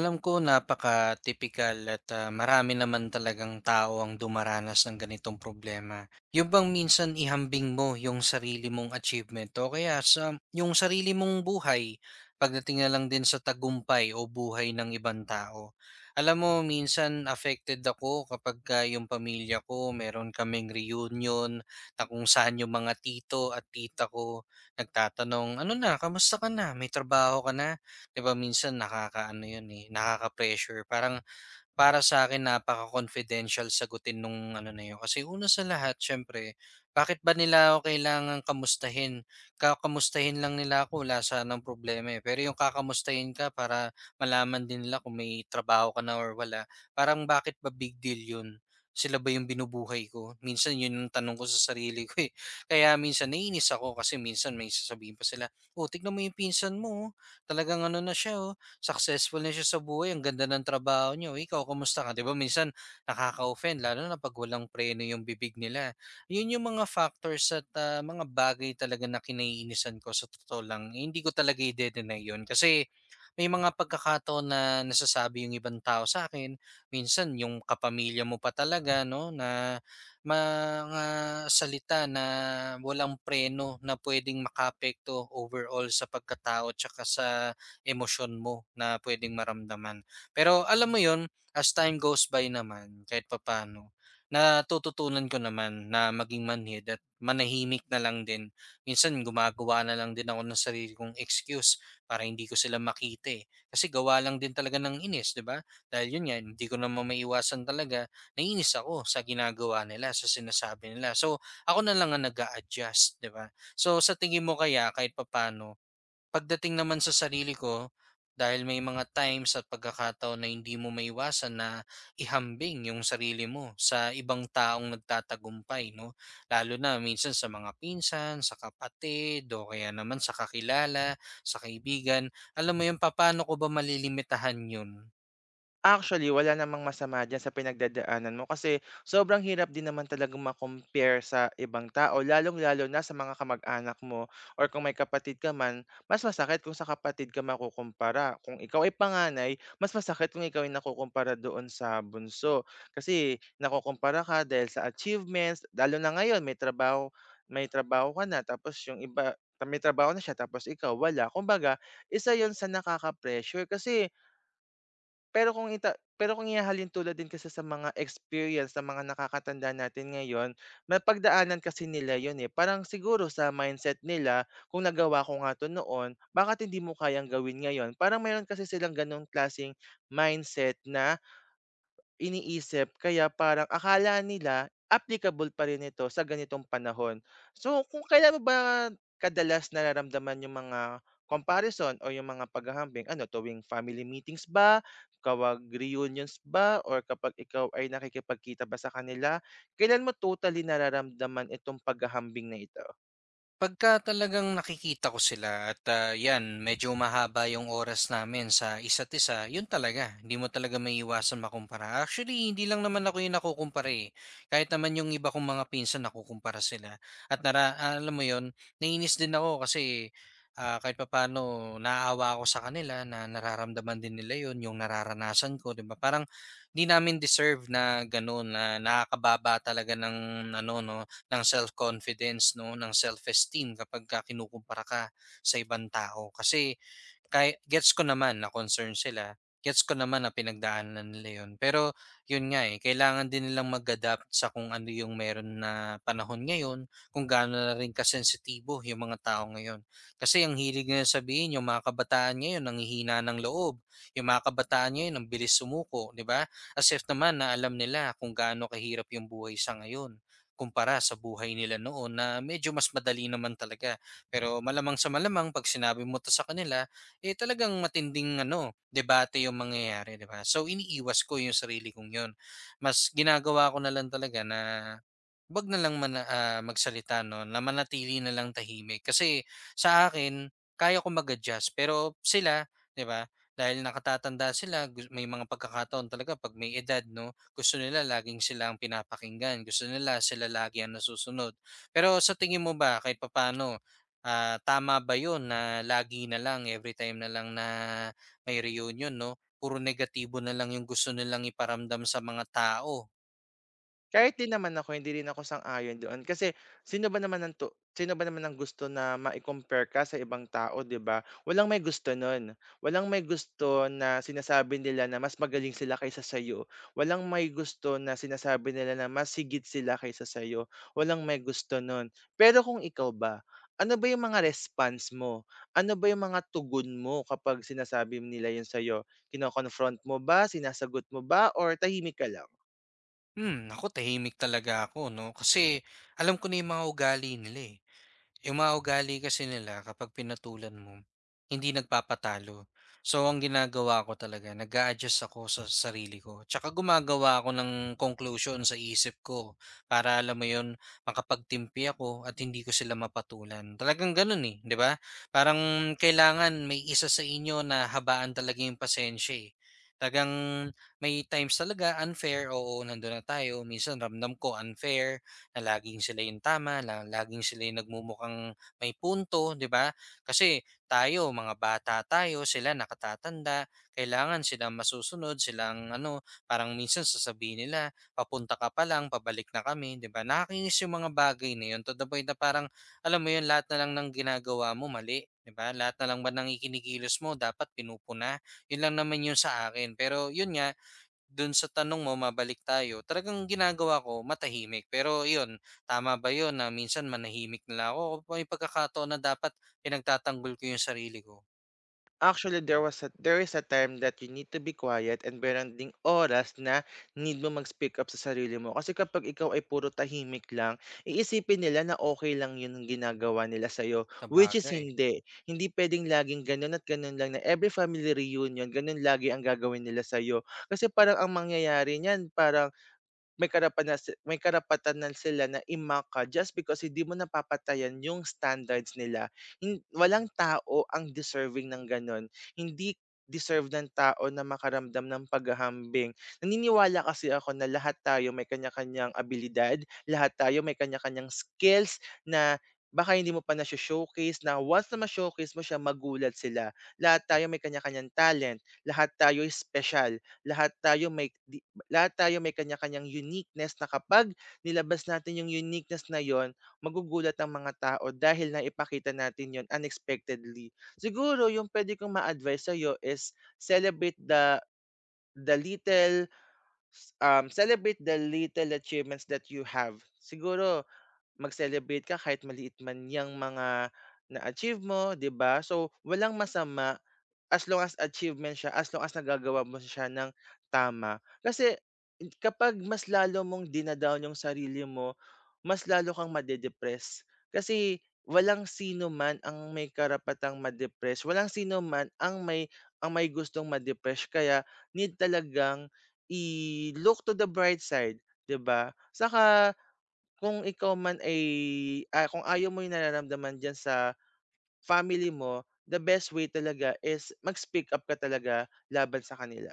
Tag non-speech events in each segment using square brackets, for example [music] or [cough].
Alam ko napaka-tipikal at, marami naman talagang tao ang dumaranas ng ganitong problema. Yung bang minsan ihambing mo yung sarili mong achievement o kaya sa yung sarili mong buhay pagdating na lang din sa tagumpay o buhay ng ibang tao? Alam mo minsan affected ako kapagka yung pamilya ko meron kaming reunion na kung saan yung mga tito at tita ko nagtatanong, "Ano na, kamusta ka na? May trabaho ka na?" 'Di ba minsan nakakaano 'yun, eh, nakaka-pressure parang para sa akin napaka-confidential sagutin nung ano na yun. Kasi una sa lahat siyempre, bakit ba nila ako kailangang kamustahin? Kakamustahin lang nila ako wala sanang problema, eh. Pero yung kakamustahin ka para malaman din nila kung may trabaho ka na or wala, parang bakit ba big deal yun? Sila ba yung binubuhay ko? Minsan yun yung tanong ko sa sarili ko, eh. [laughs] Kaya minsan naiinis ako kasi minsan may sasabihin pa sila, "Oh, tignan mo yung pinsan mo, oh. Talagang ano na siya, oh, successful na siya sa buhay, ang ganda ng trabaho niyo, ikaw kamusta ka? 'Di ba minsan nakaka-offend lalo na 'pag walang preno yung bibig nila. Yun yung mga factors at, mga bagay talaga na kinaiinisan ko sa totoo lang, eh, hindi ko talaga ide-deny yun kasi may mga pagkakataon na nasasabi yung ibang tao sa akin. Minsan yung kapamilya mo pa talaga 'no, na mga salita na walang preno na puwedeng makaapekto overall sa pagkatao tsaka sa emosyon mo na puwedeng maramdaman. Pero alam mo 'yun, as time goes by naman kahit papaano, natututunan ko naman na maging manhid at manahimik na lang din. Minsan gumagawa na lang din ako ng sarili kong excuse para hindi ko sila makita, eh. Kasi gawa lang din talaga ng inis, 'di ba? Dahil 'yun nga, hindi ko naman maiwasan talaga, naiinis ako sa ginagawa nila, sa sinasabi nila. So, ako na lang ang nag adjust 'di ba? So, sa tingin mo kaya kahit papaano, pagdating naman sa sarili ko, dahil may mga times at pagkakataon na hindi mo maiwasan na ihambing yung sarili mo sa ibang taong nagtatagumpay, no? Lalo na minsan sa mga pinsan, sa kapatid, o kaya naman sa kakilala, sa kaibigan. Alam mo yun, paano ko ba malilimitahan yun? Actually, wala namang masama diyan sa pinagdadaanan mo kasi sobrang hirap din naman talagang ma sa ibang tao, lalong-lalo na sa mga kamag-anak mo or kung may kapatid ka man, mas masakit kung sa kapatid ka makukumpara. Kung ikaw ay panganay, mas masakit kung ikaw ay nakukumpara doon sa bunso. Kasi nakukumpara ka dahil sa achievements, lalo na ngayon may trabaho ka na tapos yung iba may trabaho na siya tapos ikaw wala. Kumbaga, isa 'yon sa nakaka-pressure kasi pero kung ita pero kung ihahalin tulad din kasi sa mga experience ng mga nakakatanda natin ngayon, napagdaanan kasi nila yun, eh. Parang siguro sa mindset nila, "Kung nagawa ko nga 'to noon, bakit hindi mo kayang gawin ngayon?" Parang meron kasi silang gano'ng klaseng mindset na iniisip kaya parang akala nila applicable pa rin ito sa ganitong panahon. So, kung kailan mo ba kadalas nararamdaman yung mga comparison o yung mga paghahambing? Ano, tuwing family meetings ba? Kawag reunions ba? Or kapag ikaw ay nakikipagkita ba sa kanila? Kailan mo totally nararamdaman itong paghahambing na ito? Pagka talagang nakikita ko sila at, 'yan medyo mahaba yung oras namin sa isa't isa, yun talaga, hindi mo talaga maiiwasang makumpara. Actually, hindi lang naman ako yung nakukumpara, eh. Kahit naman yung iba kong mga pinsan nakukumpara sila at alam mo yun, nainis din ako kasi, kahit papaano naaawa ako sa kanila na nararamdaman din nila yun, yung nararanasan ko, 'di ba? Parang 'di namin deserve na gano'n, na nakakababa talaga ng ano 'no, ng self-confidence 'no, ng self-esteem kapag ka kinukumpara ka sa ibang tao. Kasi kahit gets ko naman na concern sila, gets ko naman na pinagdaanan nila 'yun. Pero 'yun nga, eh, kailangan din nilang mag-adapt sa kung ano yung meron na panahon ngayon, kung gaano na rin kasensitibo yung mga tao ngayon. Kasi ang hilig nila sabihin yung mga kabataan ngayon nanghihina ng loob, yung mga kabataan ngayon ang bilis sumuko, 'di ba? As if naman na alam nila kung gaano kahirap yung buhay sa ngayon kumpara sa buhay nila noon na medyo mas madali naman talaga. Pero malamang sa malamang 'pag sinabi mo 'to sa kanila, eh, talagang matinding ano, debate yung mangyayari, 'di ba? So, iniiwas ko yung sarili kong yun. Mas ginagawa ko na lang talaga na 'wag na lang magsalita 'no, na manatili na lang tahimik. Kasi sa akin, kaya ko mag-adjust pero sila, 'di ba, dahil nakatatanda sila gus may mga pagkakataon talaga 'pag may edad 'no, gusto nila laging sila ang pinapakinggan, gusto nila sila lagi ang nasusunod. Pero sa tingin mo ba kahit papano? Tama ba 'yun na lagi na lang, every time na lang na may reunion 'no, puro negatibo na lang 'yung gusto nilang iparamdam sa mga tao? Kahit din naman ako, hindi rin ako sang-ayon doon kasi sino ba naman ang gusto na mai-compare ka sa ibang tao, 'di ba? Walang may gusto nun. Walang may gusto na sinasabi nila na mas magaling sila kaysa sa'yo. Walang may gusto na sinasabi nila na mas sigit sila kaysa sa'yo. Walang may gusto nun. Pero kung ikaw ba, ano ba yung mga response mo? Ano ba yung mga tugon mo kapag sinasabi nila yun sa'yo? Kino-confront mo ba, sinasagot mo ba, or tahimik ka lang? Hmm, ako tahimik talaga ako 'no, kasi alam ko na yung mga ugali nila, eh. Yung mga ugali kasi nila kapag pinatulan mo, hindi nagpapatalo. So, ang ginagawa ko talaga nag adjust ako sa sarili ko. Tsaka gumagawa ako ng conclusion sa isip ko para alam mo yun, makapagtimpi ako at hindi ko sila mapatulan. Talagang ganun eh, di ba? Parang kailangan may isa sa inyo na habaan talaga yung pasensya eh. Talagang may times talaga unfair, oo, nandun na tayo. Minsan ramdam ko unfair, na laging sila yung tama, na laging sila yung nagmumukhang may punto, 'di ba? Kasi tayo, mga bata tayo, sila nakatatanda, kailangan silang masusunod, silang ano, parang minsan sasabihin nila, papunta ka pa lang, pabalik na kami, 'di ba? Nakakainis yung mga bagay na yun. To the point na parang alam mo yun, lahat na lang ng ginagawa mo mali. 'Di ba? Lahat na lang ba ng ikinikilos mo dapat pinupuna. Yun lang naman yun sa akin. Pero yun nga, do'n sa tanong mo, mabalik tayo, talagang ginagawa ko matahimik. Pero iyon, tama ba iyon na minsan manahimik na lang ako o may pagkakataon na dapat pinagtatanggol ko yung sarili ko? Actually, there is a time that you need to be quiet, and meron ding oras na need mo mag-speak up sa sarili mo. Kasi kapag ikaw ay puro tahimik lang, iisipin nila na okay lang 'yun ang ginagawa nila sa'yo, which is Sabagay. hindi. Hindi puwedeng laging gano'n at gano'n lang na every family reunion, gano'n lagi ang gagawin nila sa'yo. Kasi parang ang mangyayari niyan, parang may karapatan na sila na i just because hindi mo napapatayan yung standards nila. Walang tao ang deserving ng gano'n. Hindi deserve ng tao na makaramdam ng paghahambing. Naniniwala kasi ako na lahat tayo may kanya-kanyang abilidad, lahat tayo may kanya-kanyang skills na baka hindi mo pa nasho-showcase, na once na ma-showcase mo siya, magulat sila. Lahat tayo may kanya-kanyang talent, lahat tayo special, lahat tayo may lahat tayo may kanya-kanyang uniqueness na kapag nilabas natin yung uniqueness na yun, magugulat ang mga tao dahil naipakita natin yon unexpectedly. Siguro yung pwede kong ma-advise sa'yo is celebrate the the little celebrate the little achievements that you have. Siguro mag-celebrate ka kahit maliit man yang mga na-achieve mo, 'di ba? So, walang masama as long as achievement siya, as long as nagagawa mo siya ng tama. Kasi kapag mas lalo mong dina-down yung sarili mo, mas lalo kang made. Kasi walang sino man ang may karapatang madepress walang sino man ang may gustong ma-depress, kaya need talagang i-look to the bright side, 'di ba? Saka kung ikaw man ay kung ayaw mo yung nararamdaman diyan sa family mo, the best way talaga is mag-speak up ka talaga laban sa kanila.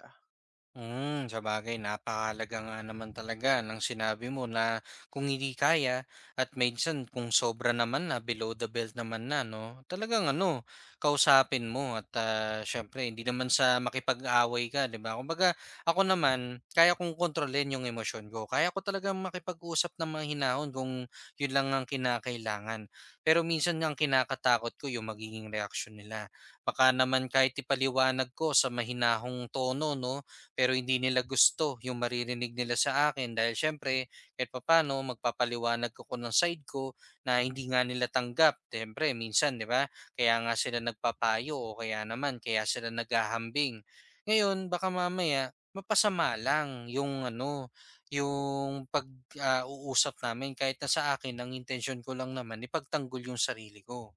Hmm, sabagay napakahalaga nga naman talaga ng sinabi mo na kung hindi kaya at minsan kung sobra naman na below the belt naman na no. Talagang ano, kausapin mo at syempre hindi naman sa makipag-away ka, 'di ba? Kumbaga ako naman kaya kong kontrolin yung emosyon ko. Kaya ko talaga makipag-usap ng mahinahon kung yun lang ang kinakailangan. Pero minsan ang kinakatakot ko yung magiging reaksyon nila. Baka naman kahit ipaliwanag ko sa mahinahong tono no pero hindi nila gusto yung maririnig nila sa akin dahil siyempre kahit papano magpapaliwanag ko ko ng side ko na hindi nga nila tanggap. Siyempre minsan 'di ba? Kaya nga sila nagpapayo o kaya naman kaya sila naghahambing. Ngayon baka mamaya mapasama lang yung ano, yung pag-uusap namin kahit na sa akin ang intention ko lang naman ipagtanggol yung sarili ko.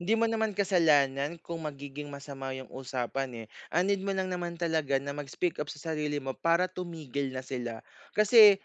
Hindi mo naman kasalanan kung magiging masama yung usapan eh. Ang mo lang naman talaga na mag-speak up sa sarili mo para tumigil na sila. Kasi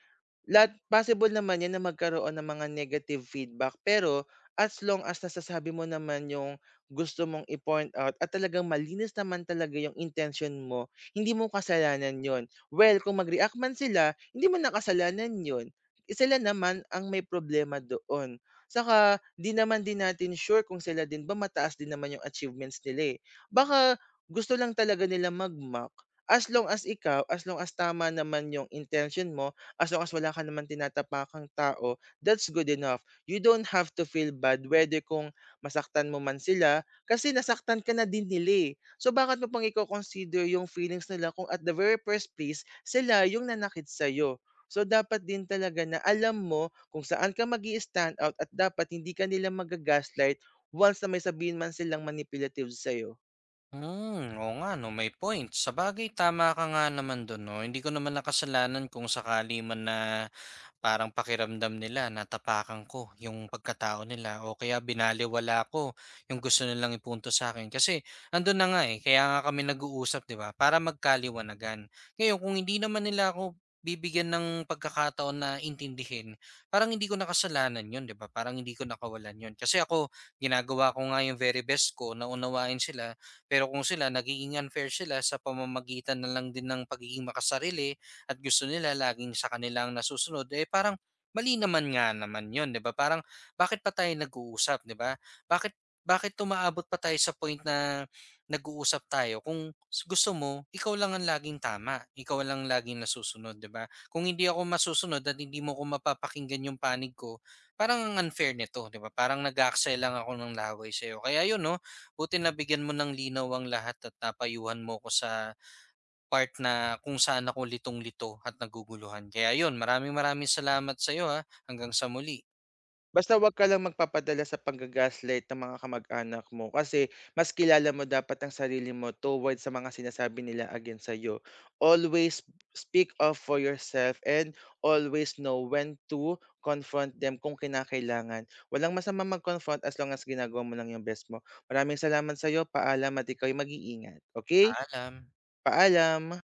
lahat possible naman 'yan na magkaroon ng mga negative feedback, pero as long as nasasabi mo naman yung gusto mong i-point out at talagang malinis naman talaga yung intention mo, hindi mo kasalanan 'yun. Well, kung mag-react man sila, hindi mo kasalanan 'yun. Sila naman ang may problema doon. Saka 'di naman din natin sure kung sila din ba mataas din naman yung achievements nila, eh. Baka gusto lang talaga nila mag-mock. As long as ikaw, as long as tama naman yung intention mo, as long as wala ka naman tinatapakang tao, that's good enough. You don't have to feel bad whether kung masaktan mo man sila kasi nasaktan ka na din nila eh. So bakit mo pang i-consider yung feelings nila kung at the very first place, sila yung nanakit sa'yo? So dapat din talaga na alam mo kung saan ka mag stand out, at dapat hindi ka nila magagaslight once na may sabihin man silang manipulative sa'yo. Hmm, oo nga 'no, may point. Sa bagay tama ka nga naman dun 'no, hindi ko naman nakasalanan kung sakali man na parang pakiramdam nila natapakan ko yung pagkatao nila o kaya binaliwala ko yung gusto nilang ipunto sa akin. Kasi andun na nga, eh, kaya nga kami nag-uusap, 'di ba, para magkaliwanagan. Ngayon kung hindi naman nila ako bibigyan ng pagkakataon na intindihin, parang hindi ko kasalanan yun, 'di ba? Parang hindi ko nakawalan yun. Kasi ako ginagawa ko nga yung very best ko na unawain sila, pero kung sila nagiging unfair sila sa pamamagitan na lang din ng pagiging makasarili, at gusto nila laging sa kanilang ang nasusunod, eh parang mali naman nga naman yun, 'di ba? Parang bakit pa tayo nag-uusap, 'di ba? Bakit bakit umaabot pa tayo sa point na nag-uusap tayo kung gusto mo, ikaw lang ang laging tama, ikaw lang laging nasusunod, 'di ba? Kung hindi ako masusunod at hindi mo ko mapapakinggan yung panig ko, parang ang unfair nito, 'di ba? Parang nag-aaksaya lang ako ng laway sa kaya 'yun, no. Buti nabigyan mo ng linaw ang lahat at napayuhan mo ko sa part na kung saan ako litong-lito at naguguluhan. Kaya yun, maraming maraming salamat sa iyo ha. Hanggang sa muli, Basta 'wag ka lang magpapadala sa pangga-gaslight ng mga kamag-anak mo, kasi mas kilala mo dapat ang sarili mo towards sa mga sinasabi nila against sa'yo. Always speak up for yourself, and always know when to confront them kung kinakailangan. Walang masama mag-confront as long as ginagawa mo lang yung best mo. Maraming salamat sa'yo, paalam at ika'y mag-iingat, okay. paalam. Paalam.